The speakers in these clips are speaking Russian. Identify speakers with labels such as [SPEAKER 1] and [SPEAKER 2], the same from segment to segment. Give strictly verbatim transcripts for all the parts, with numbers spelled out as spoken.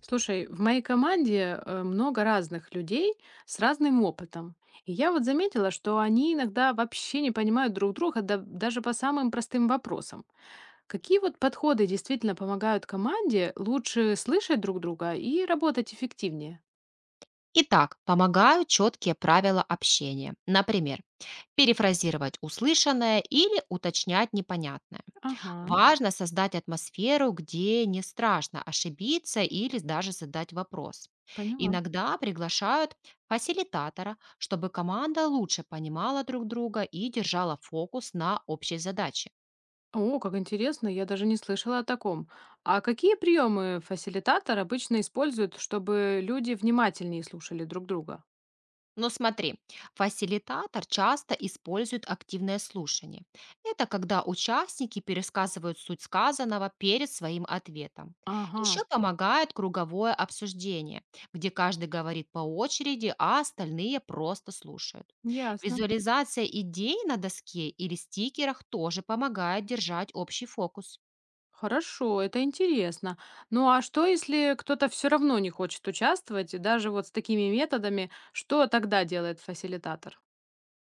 [SPEAKER 1] Слушай, в моей команде э, много разных людей с разным опытом. И я вот заметила, что они иногда вообще не понимают друг друга да- даже по самым простым вопросам. Какие вот подходы действительно помогают команде лучше слышать друг друга и работать эффективнее?
[SPEAKER 2] Итак, помогают четкие правила общения. Например, перефразировать услышанное или уточнять непонятное.
[SPEAKER 1] Ага,
[SPEAKER 2] Важно создать атмосферу, где не страшно ошибиться или даже задать вопрос.
[SPEAKER 1] поняла.
[SPEAKER 2] Иногда приглашают фасилитатора, чтобы команда лучше понимала друг друга и держала фокус на общей задаче.
[SPEAKER 1] О, как интересно, я даже не слышала о таком. А какие приемы фасилитатор обычно использует, чтобы люди внимательнее слушали друг друга?
[SPEAKER 2] Но смотри, фасилитатор часто использует активное слушание. Это когда участники пересказывают суть сказанного перед своим ответом.
[SPEAKER 1] Ага,
[SPEAKER 2] Еще помогает круговое обсуждение, где каждый говорит по очереди, а остальные просто слушают.
[SPEAKER 1] ясно.
[SPEAKER 2] Визуализация идей на доске или стикерах тоже помогает держать общий фокус.
[SPEAKER 1] Хорошо, это интересно. Ну а что, если кто-то все равно не хочет участвовать, и даже вот с такими методами, что тогда делает фасилитатор?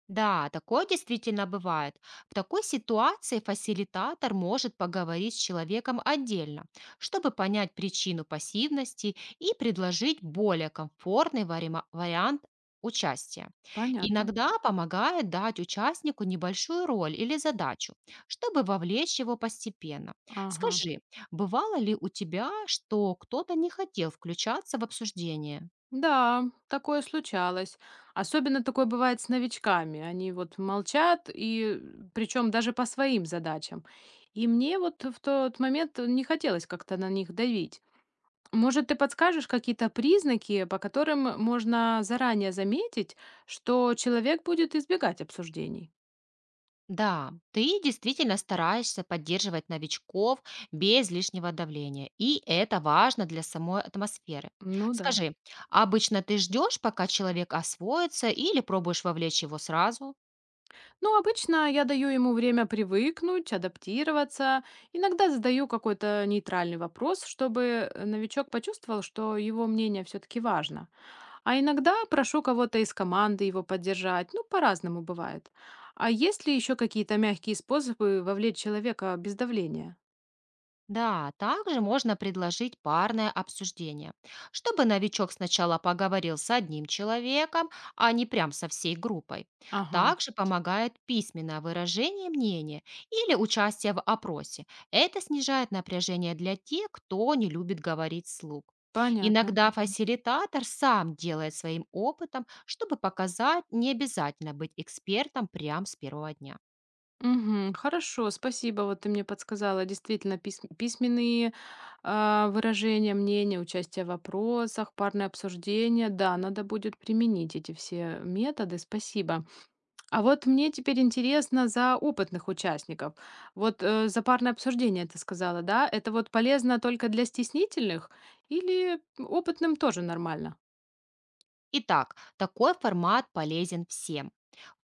[SPEAKER 2] Да, такое действительно бывает. В такой ситуации фасилитатор может поговорить с человеком отдельно, чтобы понять причину пассивности и предложить более комфортный варима- вариант участия.
[SPEAKER 1] Понятно.
[SPEAKER 2] Иногда помогает дать участнику небольшую роль или задачу, чтобы вовлечь его постепенно.
[SPEAKER 1] Ага.
[SPEAKER 2] Скажи, бывало ли у тебя, что кто-то не хотел включаться в обсуждение?
[SPEAKER 1] Да, такое случалось. Особенно такое бывает с новичками. Они вот молчат, и причем даже по своим задачам. И мне вот в тот момент не хотелось как-то на них давить. Может, ты подскажешь какие-то признаки, по которым можно заранее заметить, что человек будет избегать обсуждений?
[SPEAKER 2] Да, ты действительно стараешься поддерживать новичков без лишнего давления, и это важно для самой атмосферы.
[SPEAKER 1] Ну да.
[SPEAKER 2] Скажи, а обычно ты ждешь, пока человек освоится, или пробуешь вовлечь его сразу?
[SPEAKER 1] Ну, обычно я даю ему время привыкнуть, адаптироваться. Иногда задаю какой-то нейтральный вопрос, чтобы э, новичок почувствовал, что его мнение все-таки важно. А иногда прошу кого-то из команды его поддержать. Ну, по-разному бывает. А есть ли еще какие-то мягкие способы вовлечь человека без давления?
[SPEAKER 2] Да, также можно предложить парное обсуждение, чтобы новичок сначала поговорил с одним человеком, а не прям со всей группой.
[SPEAKER 1] Ага,
[SPEAKER 2] Также помогает письменное выражение мнения или участие в опросе. Это снижает напряжение для тех, кто не любит говорить вслух.
[SPEAKER 1] понятно.
[SPEAKER 2] Иногда фасилитатор сам делает своим опытом, чтобы показать, не обязательно быть экспертом прямо с первого дня.
[SPEAKER 1] Мгм. Хорошо, спасибо. Вот ты мне подсказала действительно письм- письменные а, выражения мнения, участие в вопросах, парное обсуждение. Да, надо будет применить эти все методы. Спасибо. А вот мне теперь интересно за опытных участников. Вот э, за парное обсуждение ты сказала, да? Это вот полезно только для стеснительных или опытным тоже нормально?
[SPEAKER 2] Итак, такой формат полезен всем.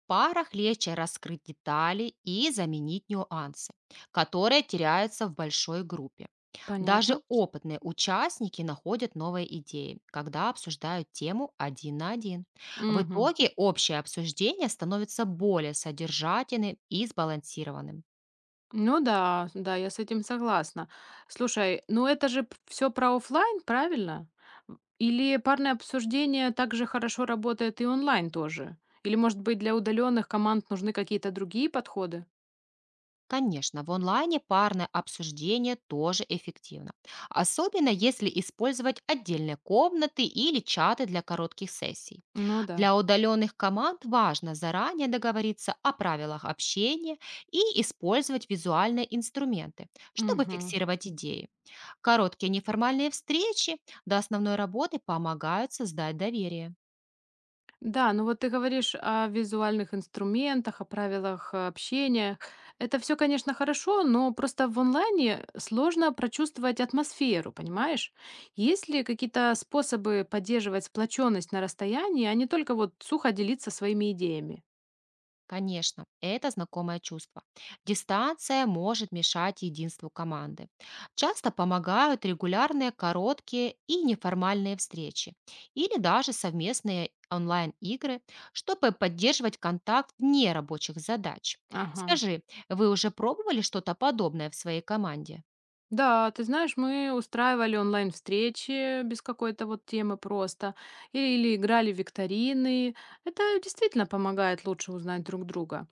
[SPEAKER 2] Парах легче раскрыть детали и заменить нюансы, которые теряются в большой группе. Даже
[SPEAKER 1] Понятно.
[SPEAKER 2] опытные участники находят новые идеи, когда обсуждают тему один на один. В
[SPEAKER 1] Мгм.
[SPEAKER 2] итоге общее обсуждение становится более содержательным и сбалансированным.
[SPEAKER 1] Ну да, да, я с этим согласна. Слушай, ну это же все про оффлайн, правильно? В- Или парное обсуждение также хорошо работает и онлайн тоже? Или, может быть, для удаленных команд нужны какие-то другие подходы?
[SPEAKER 2] Конечно, в онлайне парное обсуждение тоже эффективно, особенно если использовать отдельные комнаты или чаты для коротких сессий.
[SPEAKER 1] Ну да.
[SPEAKER 2] Для удаленных команд важно заранее договориться о правилах общения и использовать визуальные инструменты, чтобы
[SPEAKER 1] Мгм.
[SPEAKER 2] фиксировать идеи. Короткие неформальные встречи до основной работы помогают создать доверие.
[SPEAKER 1] Да, ну вот ты говоришь о визуальных инструментах, о правилах э, общения. Это все, конечно, хорошо, но просто в онлайне сложно прочувствовать атмосферу, понимаешь? Есть ли какие-то способы поддерживать сплоченность на расстоянии, а не только вот сухо делиться своими идеями?
[SPEAKER 2] Конечно, это знакомое чувство. Дистанция может мешать единству команды. Часто помогают регулярные короткие и неформальные встречи или даже совместные онлайн-игры, чтобы поддерживать контакт вне рабочих задач.
[SPEAKER 1] Ага.
[SPEAKER 2] Скажи, вы уже пробовали что-то подобное в своей команде?
[SPEAKER 1] Да, ты знаешь, мы устраивали онлайн-встречи без какой-то вот темы просто, или, или играли в викторины. Это действительно помогает лучше узнать друг друга.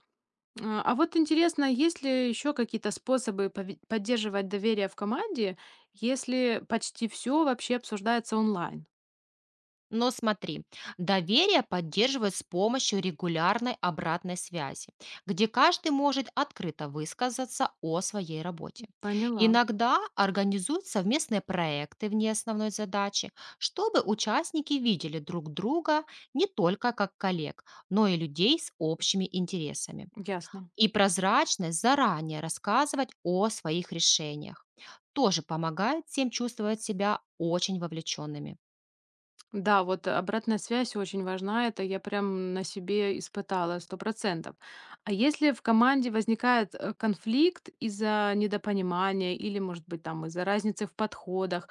[SPEAKER 1] А а вот интересно, есть ли еще какие-то способы пове- поддерживать доверие в команде, если почти все вообще обсуждается онлайн?
[SPEAKER 2] Но смотри, доверие поддерживают с помощью регулярной обратной связи, где каждый может открыто высказаться о своей работе.
[SPEAKER 1] Поняла,
[SPEAKER 2] Иногда организуют совместные проекты вне основной задачи, чтобы участники видели друг друга не только как коллег, но и людей с общими интересами.
[SPEAKER 1] ясно.
[SPEAKER 2] И прозрачность заранее рассказывать о своих решениях тоже помогает всем чувствовать себя очень вовлеченными.
[SPEAKER 1] Да, вот обратная связь очень важна. Это я прям на себе испытала сто процентов. А если в команде возникает э, конфликт из-за недопонимания или, может быть, там из-за разницы в подходах,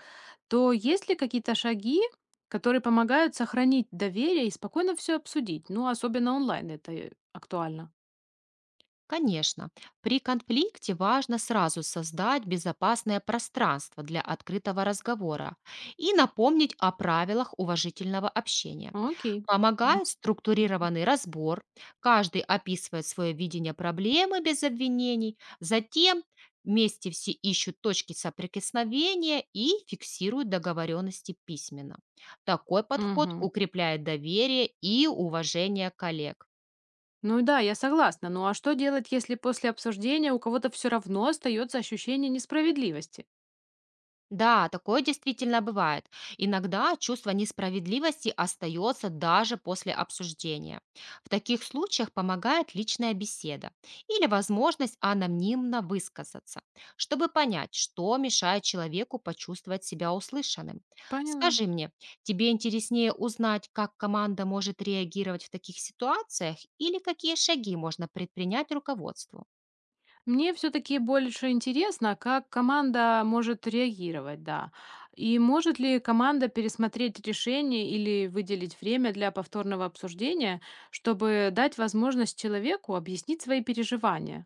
[SPEAKER 1] то есть ли какие-то шаги, которые помогают сохранить доверие и спокойно все обсудить? Ну, особенно онлайн это э, актуально.
[SPEAKER 2] Конечно, при конфликте важно сразу создать безопасное пространство для открытого разговора и напомнить о правилах уважительного общения.
[SPEAKER 1] Окей.
[SPEAKER 2] Помогает структурированный разбор, каждый описывает свое видение проблемы без обвинений, затем вместе все ищут точки соприкосновения и фиксируют договоренности письменно. Такой подход
[SPEAKER 1] Мгм.
[SPEAKER 2] укрепляет доверие и уважение коллег.
[SPEAKER 1] Ну да, я согласна. Ну а что делать, если после обсуждения у кого-то все равно остается ощущение несправедливости?
[SPEAKER 2] Да, такое действительно бывает. Иногда чувство несправедливости остается даже после обсуждения. В таких случаях помогает личная беседа или возможность анонимно высказаться, чтобы понять, что мешает человеку почувствовать себя услышанным.
[SPEAKER 1] Поняла.
[SPEAKER 2] Скажи мне, тебе интереснее узнать, как команда может реагировать в таких ситуациях или какие шаги можно предпринять руководству?
[SPEAKER 1] Мне все-таки больше интересно, а как команда может реагировать, да. И может ли команда пересмотреть решение или выделить время для повторного обсуждения, чтобы дать возможность человеку объяснить свои переживания?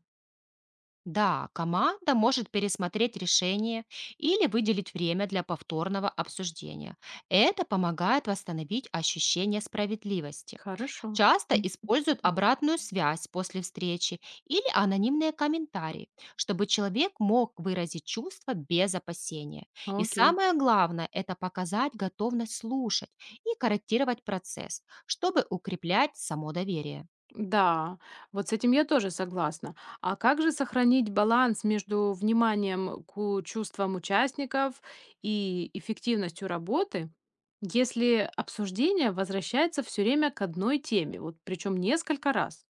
[SPEAKER 2] Да, команда может пересмотреть решение или выделить время для повторного обсуждения. Это помогает восстановить ощущение справедливости.
[SPEAKER 1] Хорошо,
[SPEAKER 2] Часто используют обратную связь после встречи или анонимные комментарии, чтобы человек мог выразить чувства без опасения. И
[SPEAKER 1] окей.
[SPEAKER 2] самое главное– это показать готовность слушать и корректировать процесс, чтобы укреплять само доверие.
[SPEAKER 1] Да, вот с этим я тоже согласна. А как же сохранить баланс между вниманием к чувствам участников и эффективностью работы, если обсуждение возвращается все время к одной теме, вот причем несколько раз?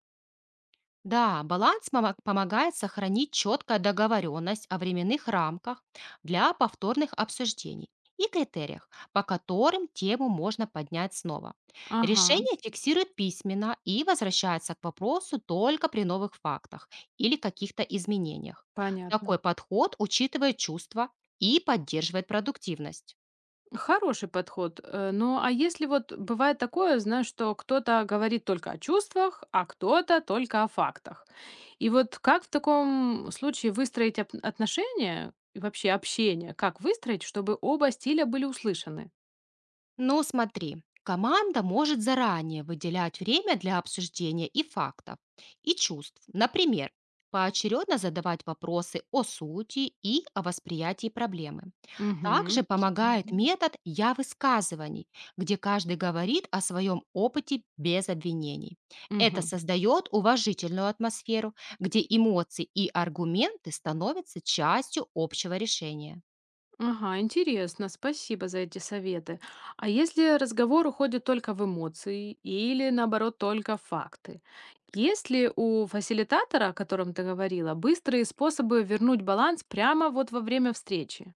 [SPEAKER 2] Да, баланс помо- помогает сохранить четкая договоренность о временных рамках для повторных обсуждений и критериях, по которым тему можно поднять снова.
[SPEAKER 1] Ага,
[SPEAKER 2] Решение фиксирует письменно и возвращается к вопросу только при новых фактах или каких-то изменениях.
[SPEAKER 1] понятно.
[SPEAKER 2] Такой подход учитывает чувства и поддерживает продуктивность.
[SPEAKER 1] Хороший подход. Э, Ну, а если вот бывает такое, знаешь, что кто-то говорит только о чувствах, а кто-то только о фактах. И вот как в таком случае выстроить оп- отношения и вообще общение? Как выстроить, чтобы оба стиля были услышаны?
[SPEAKER 2] Но смотри, команда может заранее выделять время для обсуждения и фактов, и чувств. Например, поочередно задавать вопросы о сути и о восприятии проблемы. Также
[SPEAKER 1] Угу,
[SPEAKER 2] помогает метод «я высказываний», где каждый говорит о своем опыте без обвинений. Это создает уважительную атмосферу, где эмоции и аргументы становятся частью общего решения.
[SPEAKER 1] ага, интересно, спасибо за эти советы. А если разговор уходит только в эмоции или, наоборот, только в факты? Есть ли у фасилитатора, о котором ты говорила, быстрые способы вернуть баланс прямо вот во время встречи?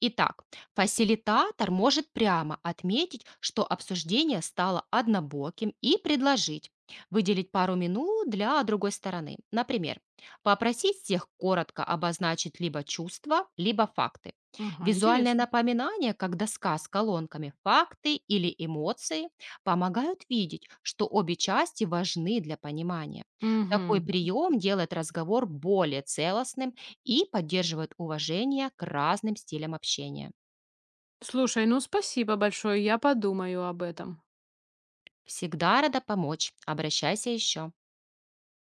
[SPEAKER 2] Итак, фасилитатор может прямо отметить, что обсуждение стало однобоким и предложить выделить пару минут для другой стороны. Например, попросить всех коротко обозначить либо чувства, либо факты.
[SPEAKER 1] Ага,
[SPEAKER 2] Визуальное
[SPEAKER 1] интересно.
[SPEAKER 2] напоминание, как доска с колонками «факты» или «эмоции», помогают видеть, что обе части важны для понимания. Такой
[SPEAKER 1] Угу.
[SPEAKER 2] прием делает разговор более целостным и поддерживают уважение к разным стилям общения.
[SPEAKER 1] Слушай, ну спасибо большое, я подумаю об этом.
[SPEAKER 2] Всегда рада помочь. Обращайся еще.